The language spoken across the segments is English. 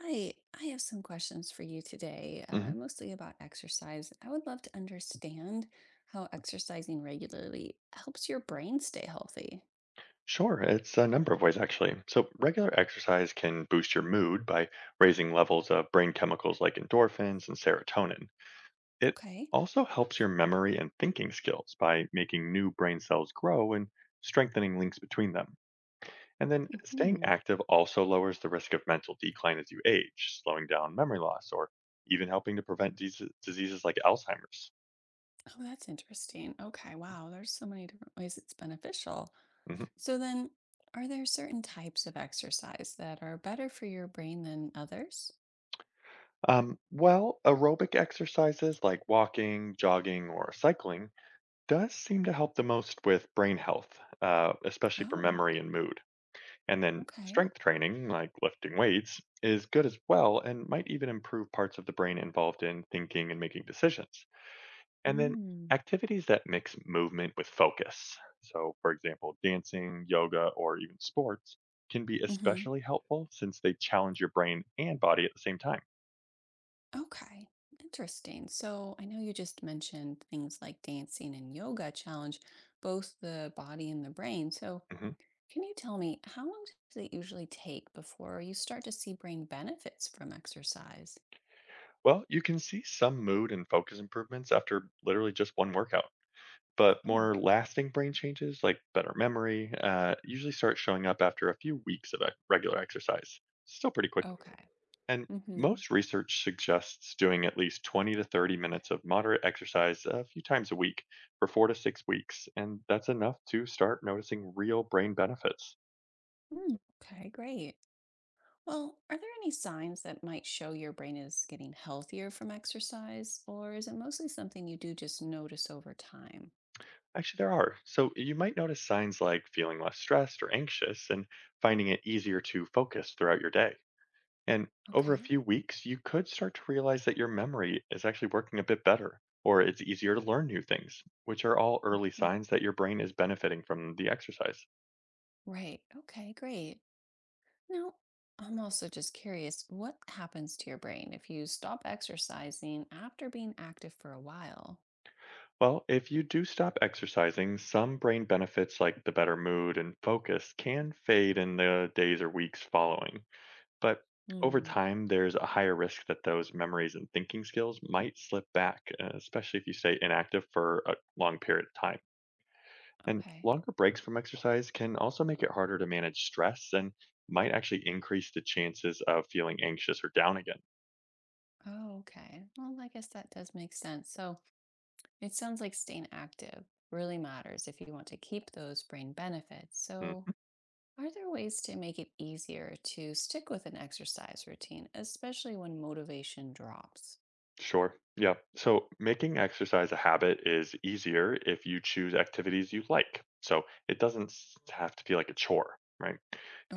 Hi, I have some questions for you today, hmm mostly about exercise. I would love to understand how exercising regularly helps your brain stay healthy. Sure, it's a number of ways actually. So, regular exercise can boost your mood by raising levels of brain chemicals like endorphins and serotonin. It Okay. also helps your memory and thinking skills by making new brain cells grow and strengthening links between them. And then staying Hmm. active also lowers the risk of mental decline as you age, slowing down memory loss or even helping to prevent diseases like Alzheimer's. Oh, that's interesting. Okay, wow, there's so many different ways it's beneficial. Mhm. So then, are there certain types of exercise that are better for your brain than others? Well, aerobic exercises like walking, jogging, or cycling does seem to help the most with brain health, especially for Oh, memory and mood. And then okay. strength training, like lifting weights, is good as well and might even improve parts of the brain involved in thinking and making decisions. And then Mm. activities that mix movement with focus. So, for example, dancing, yoga, or even sports can be especially helpful since they challenge your brain and body at the same time. Okay, interesting. So I know you just mentioned things like dancing and yoga challenge both the body and the brain. So Mhm. can you tell me how long does it usually take before you start to see brain benefits from exercise? Well, you can see some mood and focus improvements after literally just one workout. But Oh, more lasting brain changes like better memory usually start showing up after a few weeks of regular exercise, still pretty quick, okay. and Mm-hmm. most research suggests doing at least 20 to 30 minutes of moderate exercise a few times a week for 4 to 6 weeks, and that's enough to start noticing real brain benefits. Mm, okay, great. Well, are there any signs that might show your brain is getting healthier from exercise, or is it mostly something you do just notice over time? Actually there are, so you might notice signs like feeling less stressed or anxious and finding it easier to focus throughout your day. And over a Okay. few weeks, you could start to realize that your memory is actually working a bit better, or it's easier to learn new things, which are all early Mhm. signs that your brain is benefiting from the exercise. Right. Okay, great. Now, I'm also just curious what happens to your brain if you stop exercising after being active for a while? Well, if you do stop exercising, some brain benefits like the better mood and focus can fade in the days or weeks following. But over Hmm. time, there's a higher risk that those memories and thinking skills might slip back, especially if you stay inactive for a long period of time. And Okay. longer breaks from exercise can also make it harder to manage stress, and might actually increase the chances of feeling anxious or down again. Oh, okay. Well, I guess that does make sense. So it sounds like staying active really matters if you want to keep those brain benefits. So, Mm, are there ways to make it easier to stick with an exercise routine, especially when motivation drops? sure. Yeah. So making exercise a habit is easier if you choose activities you like. So it doesn't have to feel like a chore, right?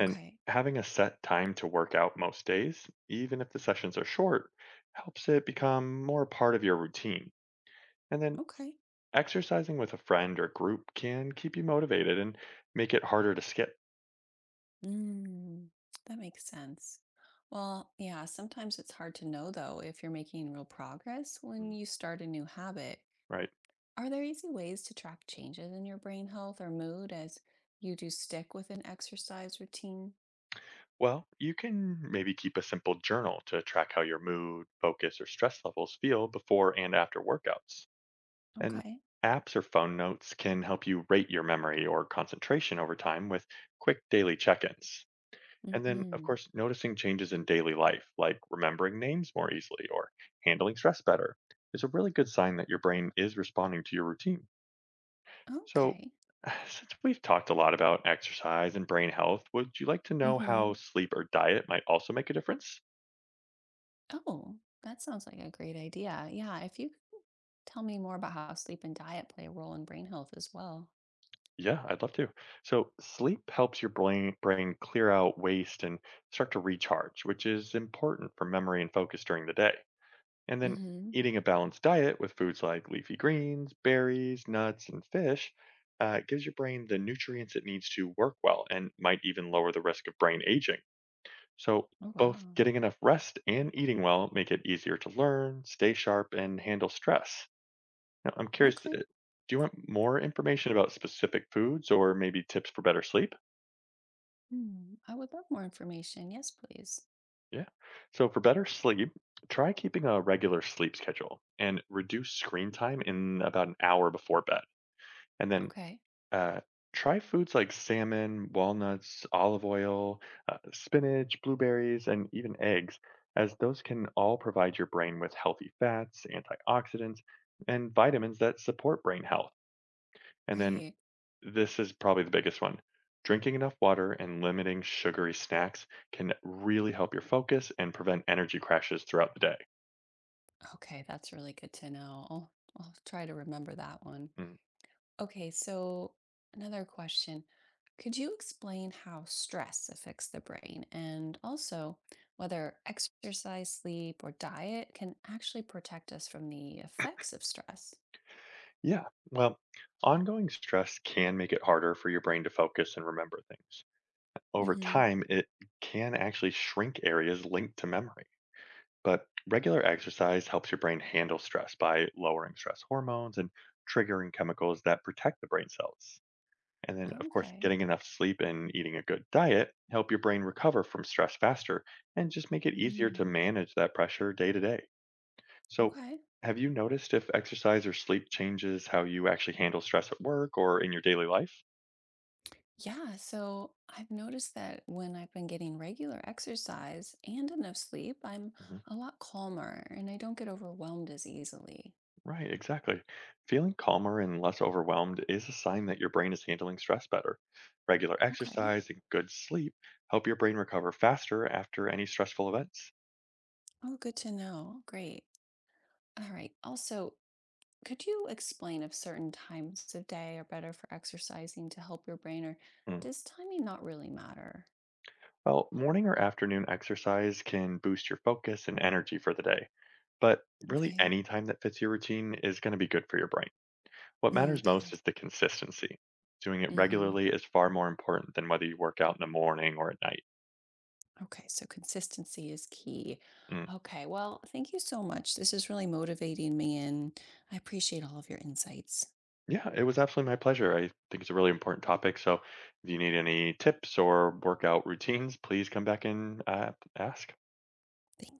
And having a set time to work out most days, even if the sessions are short, helps it become more part of your routine. And then Okay. exercising with a friend or group can keep you motivated and make it harder to skip. Mm, that makes sense. Well, yeah, sometimes it's hard to know though if you're making real progress when Mm, you start a new habit. right. Are there easy ways to track changes in your brain health or mood as you do stick with an exercise routine? Well, you can maybe keep a simple journal to track how your mood, focus, or stress levels feel before and after workouts. And Okay. apps or phone notes can help you rate your memory or concentration over time with quick daily check ins. And then, of Mm-hmm. course, noticing changes in daily life, like remembering names more easily or handling stress better, is a really good sign that your brain is responding to your routine. So, Okay. since we've talked a lot about exercise and brain health, would you like to know Mm-hmm. how sleep or diet might also make a difference? Oh, that sounds like a great idea. Yeah, if you could tell me more about how sleep and diet play a role in brain health as well. Yeah, I'd love to. So, sleep helps your brain clear out waste and start to recharge, which is important for memory and focus during the day. And then, Mm-hmm. eating a balanced diet with foods like leafy greens, berries, nuts, and fish gives your brain the nutrients it needs to work well and might even lower the risk of brain aging. So, Oh, both wow. getting enough rest and eating well make it easier to learn, stay sharp, and handle stress. Now, I'm curious, Okay. do you want more information about specific foods or maybe tips for better sleep? Hmm. I would love more information. Yes, please. Yeah. So, for better sleep, try keeping a regular sleep schedule and reduce screen time in about an hour before bed. And then Okay. Uh, try foods like salmon, walnuts, olive oil, spinach, blueberries, and even eggs, as those can all provide your brain with healthy fats, antioxidants, and vitamins that support brain health. And then Right. this is probably the biggest one. Drinking enough water and limiting sugary snacks can really help your focus and prevent energy crashes throughout the day. Okay. That's really good to know. I'll try to remember that one. Mm. Okay. So, another question. Could you explain how stress affects the brain and also whether exercise, sleep, or diet can actually protect us from the effects of stress? Yeah, well, ongoing stress can make it harder for your brain to focus and remember things. Over Hmm. time, it can actually shrink areas linked to memory. But regular exercise helps your brain handle stress by lowering stress hormones and triggering chemicals that protect the brain cells. And then, of course, Okay. getting enough sleep and eating a good diet help your brain recover from stress faster and just make it easier to Mm. manage that pressure day to day. So, Okay. have you noticed if exercise or sleep changes how you actually handle stress at work or in your daily life? Yeah, so I've noticed that when I've been getting regular exercise and enough sleep, I'm Mm-hmm. a lot calmer and I don't get overwhelmed as easily. Right, exactly. Feeling calmer and less overwhelmed is a sign that your brain is handling stress better. Regular Okay. exercise and good sleep help your brain recover faster after any stressful events. Oh, good to know. Great. All right. Also, could you explain if certain times of day are better for exercising to help your brain, or Mm. does timing not really matter? Well, morning or afternoon exercise can boost your focus and energy for the day, but really Okay. any time that fits your routine is going to be good for your brain. What matters most Okay. is the consistency. Doing it Hmm. regularly is far more important than whether you work out in the morning or at night. Okay, so consistency is key. Mm. Okay, well, thank you so much. This is really motivating me, and I appreciate all of your insights. Yeah, it was absolutely my pleasure. I think it's a really important topic. So if you need any tips or workout routines, please come back and ask. Thank